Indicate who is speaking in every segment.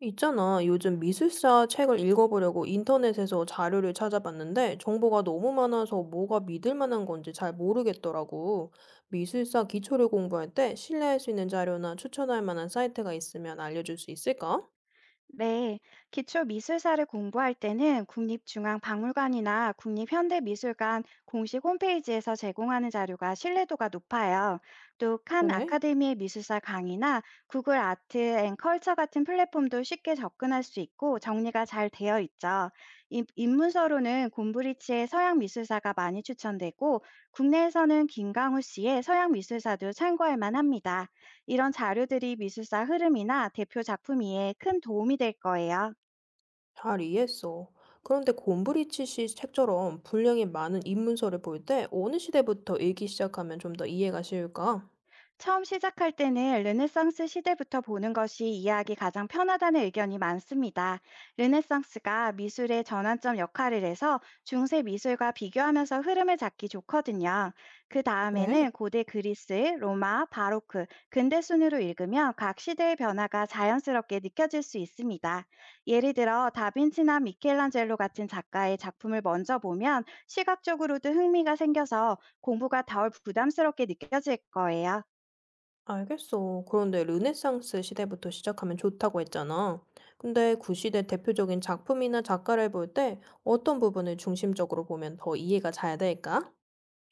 Speaker 1: 있잖아. 요즘 미술사 책을 읽어보려고 인터넷에서 자료를 찾아봤는데 정보가 너무 많아서 뭐가 믿을 만한 건지 잘 모르겠더라고. 미술사 기초를 공부할 때 신뢰할 수 있는 자료나 추천할 만한 사이트가 있으면 알려줄 수 있을까?
Speaker 2: 네, 기초 미술사를 공부할 때는 국립중앙박물관이나 국립현대미술관 공식 홈페이지에서 제공하는 자료가 신뢰도가 높아요. 또 칸
Speaker 1: 그래?
Speaker 2: 아카데미의 미술사 강의나 구글 아트 앤 컬처 같은 플랫폼도 쉽게 접근할 수 있고 정리가 잘 되어 있죠. 입문서로는 곰브리치의 서양 미술사가 많이 추천되고 국내에서는 김강우 씨의 서양 미술사도 참고할 만합니다. 이런 자료들이 미술사 흐름이나 대표 작품 이해에 큰 도움이 될 거예요.
Speaker 1: 잘 이해했어. 그런데 곰브리치 씨 책처럼 분량이 많은 입문서를 볼 때 어느 시대부터 읽기 시작하면 좀 더 이해가 쉬울까?
Speaker 2: 처음 시작할 때는 르네상스 시대부터 보는 것이 이해하기 가장 편하다는 의견이 많습니다. 르네상스가 미술의 전환점 역할을 해서 중세 미술과 비교하면서 흐름을 잡기 좋거든요. 그
Speaker 1: 그래?
Speaker 2: 다음에는 고대 그리스, 로마, 바로크, 근대 순으로 읽으면 각 시대의 변화가 자연스럽게 느껴질 수 있습니다. 예를 들어 다빈치나 미켈란젤로 같은 작가의 작품을 먼저 보면 시각적으로도 흥미가 생겨서 공부가 덜 부담스럽게 느껴질 거예요.
Speaker 1: 알겠어. 그런데 르네상스 시대부터 시작하면 좋다고 했잖아. 근데 구시대 대표적인 작품이나 작가를 볼 때 어떤 부분을 중심적으로 보면 더 이해가 잘 될까?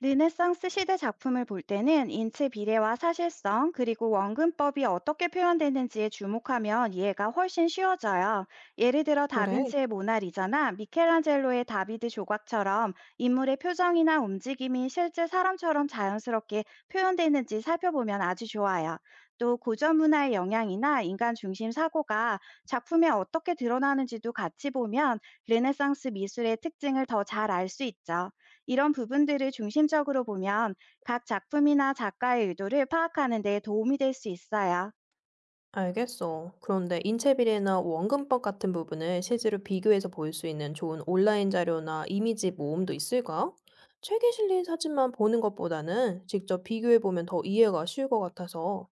Speaker 2: 르네상스 시대 작품을 볼 때는 인체 비례와 사실성, 그리고 원근법이 어떻게 표현되는지에 주목하면 이해가 훨씬 쉬워져요. 예를 들어
Speaker 1: 그래.
Speaker 2: 다빈치의 모나리자나 미켈란젤로의 다비드 조각처럼 인물의 표정이나 움직임이 실제 사람처럼 자연스럽게 표현되는지 살펴보면 아주 좋아요. 또 고전 문화의 영향이나 인간 중심 사고가 작품에 어떻게 드러나는지도 같이 보면 르네상스 미술의 특징을 더 잘 알 수 있죠. 이런 부분들을 중심적으로 보면 각 작품이나 작가의 의도를 파악하는 데 도움이 될 수 있어요.
Speaker 1: 알겠어. 그런데 인체비례나 원근법 같은 부분을 실제로 비교해서 볼 수 있는 좋은 온라인 자료나 이미지 모음도 있을까? 책에 실린 사진만 보는 것보다는 직접 비교해 보면 더 이해가 쉬울 것 같아서.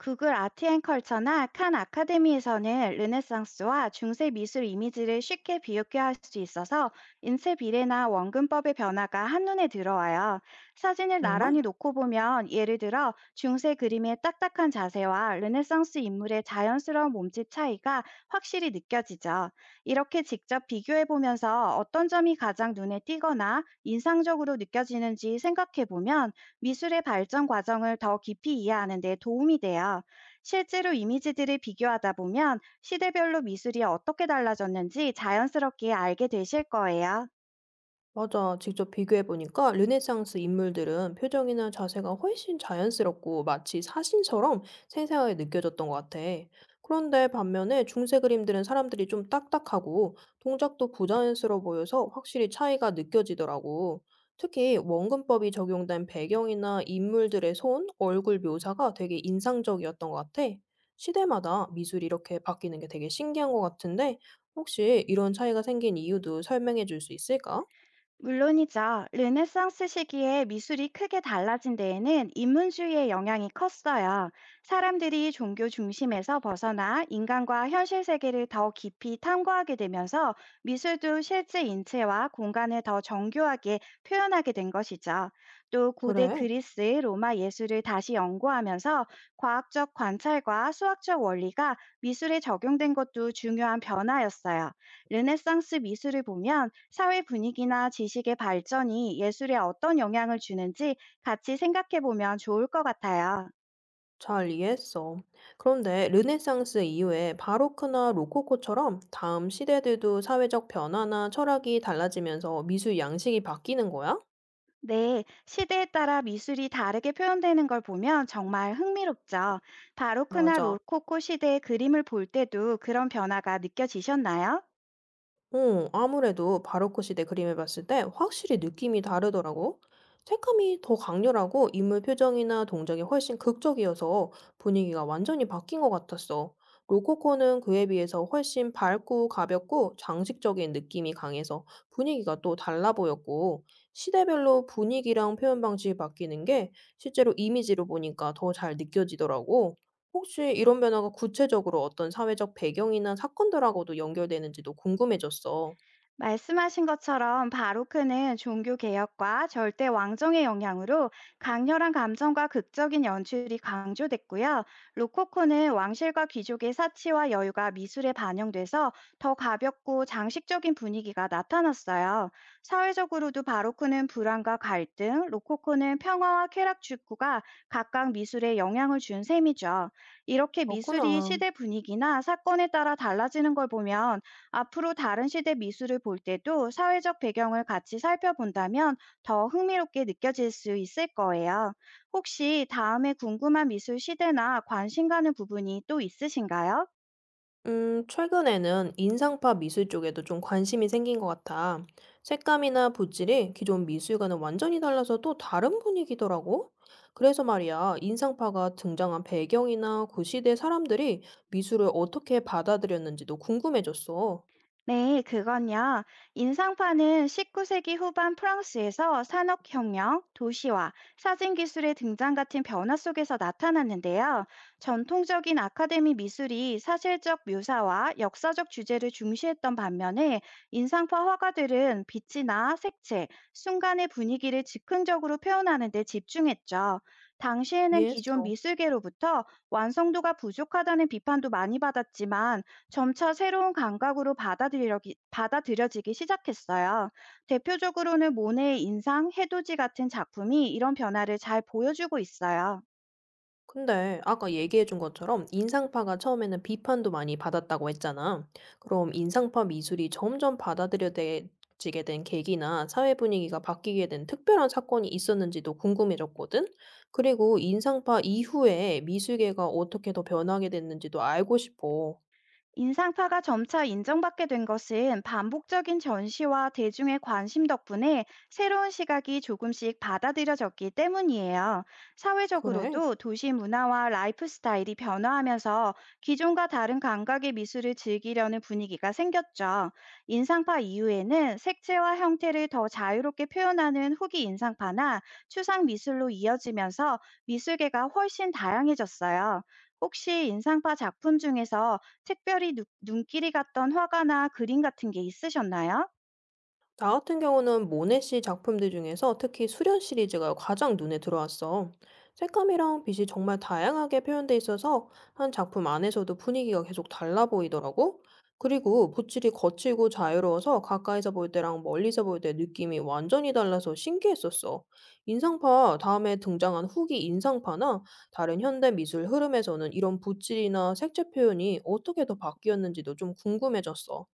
Speaker 2: 구글 아트앤컬처나 칸 아카데미에서는 르네상스와 중세 미술 이미지를 쉽게 비교할 수 있어서 인쇄 비례나 원근법의 변화가 한눈에 들어와요. 사진을
Speaker 1: 정말?
Speaker 2: 나란히 놓고 보면 예를 들어 중세 그림의 딱딱한 자세와 르네상스 인물의 자연스러운 몸짓 차이가 확실히 느껴지죠. 이렇게 직접 비교해 보면서 어떤 점이 가장 눈에 띄거나 인상적으로 느껴지는지 생각해 보면 미술의 발전 과정을 더 깊이 이해하는 데 도움이 돼요. 실제로 이미지들을 비교하다 보면 시대별로 미술이 어떻게 달라졌는지 자연스럽게 알게 되실 거예요.
Speaker 1: 맞아. 직접 비교해 보니까 르네상스 인물들은 표정이나 자세가 훨씬 자연스럽고 마치 사신처럼 생생하게 느껴졌던 것 같아. 그런데 반면에 중세 그림들은 사람들이 좀 딱딱하고 동작도 부자연스러워 보여서 확실히 차이가 느껴지더라고. 특히 원근법이 적용된 배경이나 인물들의 손, 얼굴 묘사가 되게 인상적이었던 것 같아. 시대마다 미술이 이렇게 바뀌는 게 되게 신기한 것 같은데, 혹시 이런 차이가 생긴 이유도 설명해 줄 수 있을까?
Speaker 2: 물론이죠. 르네상스 시기에 미술이 크게 달라진 데에는 인문주의의 영향이 컸어요. 사람들이 종교 중심에서 벗어나 인간과 현실 세계를 더 깊이 탐구하게 되면서 미술도 실제 인체와 공간을 더 정교하게 표현하게 된 것이죠. 또 고대
Speaker 1: 그래,
Speaker 2: 그리스, 로마 예술을 다시 연구하면서 과학적 관찰과 수학적 원리가 미술에 적용된 것도 중요한 변화였어요. 르네상스 미술을 보면 사회 분위기나 지식의 발전이 예술에 어떤 영향을 주는지 같이 생각해 보면 좋을 것 같아요.
Speaker 1: 잘 이해했어. 그런데 르네상스 이후에 바로크나 로코코처럼 다음 시대들도 사회적 변화나 철학이 달라지면서 미술 양식이 바뀌는 거야?
Speaker 2: 네, 시대에 따라 미술이 다르게 표현되는 걸 보면 정말 흥미롭죠. 바로크나
Speaker 1: 맞아.
Speaker 2: 로코코 시대의 그림을 볼 때도 그런 변화가 느껴지셨나요?
Speaker 1: 아무래도 바로크 시대 그림을 봤을 때 확실히 느낌이 다르더라고. 색감이 더 강렬하고 인물 표정이나 동작이 훨씬 극적이어서 분위기가 완전히 바뀐 것 같았어. 로코코는 그에 비해서 훨씬 밝고 가볍고 장식적인 느낌이 강해서 분위기가 또 달라 보였고, 시대별로 분위기랑 표현 방식이 바뀌는 게 실제로 이미지로 보니까 더 잘 느껴지더라고. 혹시 이런 변화가 구체적으로 어떤 사회적 배경이나 사건들하고도 연결되는지도 궁금해졌어.
Speaker 2: 말씀하신 것처럼 바로크는 종교 개혁과 절대 왕정의 영향으로 강렬한 감정과 극적인 연출이 강조됐고요. 로코코는 왕실과 귀족의 사치와 여유가 미술에 반영돼서 더 가볍고 장식적인 분위기가 나타났어요. 사회적으로도 바로크는 불안과 갈등, 로코코는 평화와 쾌락 축구가 각각 미술에 영향을 준 셈이죠. 이렇게 미술이
Speaker 1: 그렇구나.
Speaker 2: 시대 분위기나 사건에 따라 달라지는 걸 보면 앞으로 다른 시대 미술을 볼 때도 사회적 배경을 같이 살펴본다면 더 흥미롭게 느껴질 수 있을 거예요. 혹시 다음에 궁금한 미술 시대나 관심 가는 부분이 또 있으신가요?
Speaker 1: 최근에는 인상파 미술 쪽에도 좀 관심이 생긴 것 같아. 색감이나 붓질이 기존 미술과는 완전히 달라서 또 다른 분위기더라고. 그래서 말이야, 인상파가 등장한 배경이나 그 시대 사람들이 미술을 어떻게 받아들였는지도 궁금해졌어.
Speaker 2: 네, 그건요. 인상파는 19세기 후반 프랑스에서 산업혁명, 도시화, 사진기술의 등장 같은 변화 속에서 나타났는데요. 전통적인 아카데미 미술이 사실적 묘사와 역사적 주제를 중시했던 반면에 인상파 화가들은 빛이나 색채, 순간의 분위기를 즉흥적으로 표현하는 데 집중했죠. 당시에는 기존
Speaker 1: 이해했어.
Speaker 2: 미술계로부터 완성도가 부족하다는 비판도 많이 받았지만 점차 새로운 감각으로 받아들여지기 시작했어요. 대표적으로는 모네의 인상, 해돋이 같은 작품이 이런 변화를 잘 보여주고 있어요.
Speaker 1: 근데 아까 얘기해 준 것처럼 인상파가 처음에는 비판도 많이 받았다고 했잖아. 그럼 인상파 미술이 점점 받아들여지게 된 계기나 사회 분위기가 바뀌게 된 특별한 사건이 있었는지도 궁금해졌거든? 그리고 인상파 이후에 미술계가 어떻게 더 변하게 됐는지도 알고 싶어.
Speaker 2: 인상파가 점차 인정받게 된 것은 반복적인 전시와 대중의 관심 덕분에 새로운 시각이 조금씩 받아들여졌기 때문이에요.
Speaker 1: 그래?
Speaker 2: 사회적으로도 도시 문화와 라이프 스타일이 변화하면서 기존과 다른 감각의 미술을 즐기려는 분위기가 생겼죠. 인상파 이후에는 색채와 형태를 더 자유롭게 표현하는 후기 인상파나 추상 미술로 이어지면서 미술계가 훨씬 다양해졌어요. 혹시 인상파 작품 중에서 특별히 눈 눈길이 갔던 화가나 그림 같은 게 있으셨나요?
Speaker 1: 나 같은 경우는 모네 씨 작품들 중에서 특히 수련 시리즈가 가장 눈에 들어왔어. 색감이랑 빛이 정말 다양하게 표현돼 있어서 한 작품 안에서도 분위기가 계속 달라 보이더라고. 그리고 붓질이 거칠고 자유로워서 가까이서 볼 때랑 멀리서 볼 때 느낌이 완전히 달라서 신기했었어. 인상파, 다음에 등장한 후기 인상파나 다른 현대 미술 흐름에서는 이런 붓질이나 색채 표현이 어떻게 더 바뀌었는지도 좀 궁금해졌어.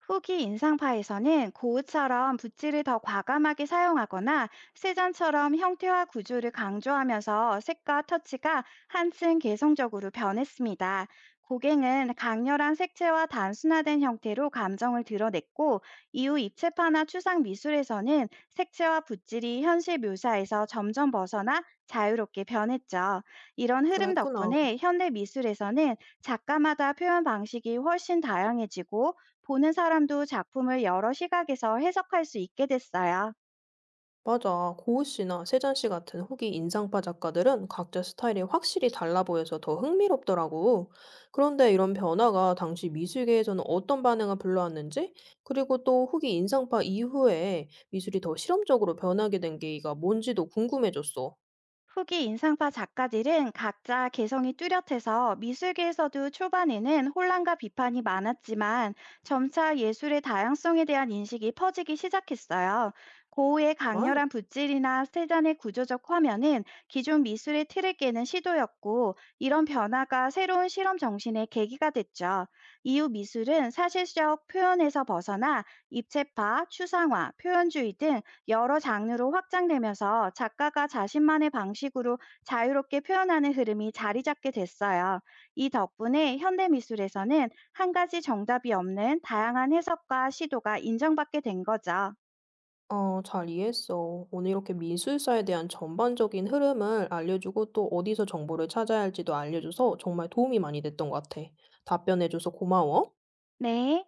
Speaker 2: 후기 인상파에서는 고흐처럼 붓질을 더 과감하게 사용하거나 세잔처럼 형태와 구조를 강조하면서 색과 터치가 한층 개성적으로 변했습니다. 고갱은 강렬한 색채와 단순화된 형태로 감정을 드러냈고, 이후 입체파나 추상 미술에서는 색채와 붓질이 현실 묘사에서 점점 벗어나 자유롭게 변했죠. 이런 흐름
Speaker 1: 그랬구나.
Speaker 2: 덕분에 현대 미술에서는 작가마다 표현 방식이 훨씬 다양해지고 보는 사람도 작품을 여러 시각에서 해석할 수 있게 됐어요.
Speaker 1: 맞아. 고우 씨나 세잔 씨 같은 후기 인상파 작가들은 각자 스타일이 확실히 달라 보여서 더 흥미롭더라고. 그런데 이런 변화가 당시 미술계에서는 어떤 반응을 불러왔는지, 그리고 또 후기 인상파 이후에 미술이 더 실험적으로 변하게 된 계기가 뭔지도 궁금해졌어.
Speaker 2: 후기 인상파 작가들은 각자 개성이 뚜렷해서 미술계에서도 초반에는 혼란과 비판이 많았지만 점차 예술의 다양성에 대한 인식이 퍼지기 시작했어요. 고흐의
Speaker 1: 정말?
Speaker 2: 강렬한 붓질이나 세잔의 구조적 화면은 기존 미술의 틀을 깨는 시도였고, 이런 변화가 새로운 실험 정신의 계기가 됐죠. 이후 미술은 사실적 표현에서 벗어나 입체파, 추상화, 표현주의 등 여러 장르로 확장되면서 작가가 자신만의 방식으로 자유롭게 표현하는 흐름이 자리 잡게 됐어요. 이 덕분에 현대 미술에서는 한 가지 정답이 없는 다양한 해석과 시도가 인정받게 된 거죠.
Speaker 1: 잘 이해했어. 오늘 이렇게 미술사에 대한 전반적인 흐름을 알려주고 또 어디서 정보를 찾아야 할지도 알려줘서 정말 도움이 많이 됐던 것 같아. 답변해줘서 고마워.
Speaker 2: 네.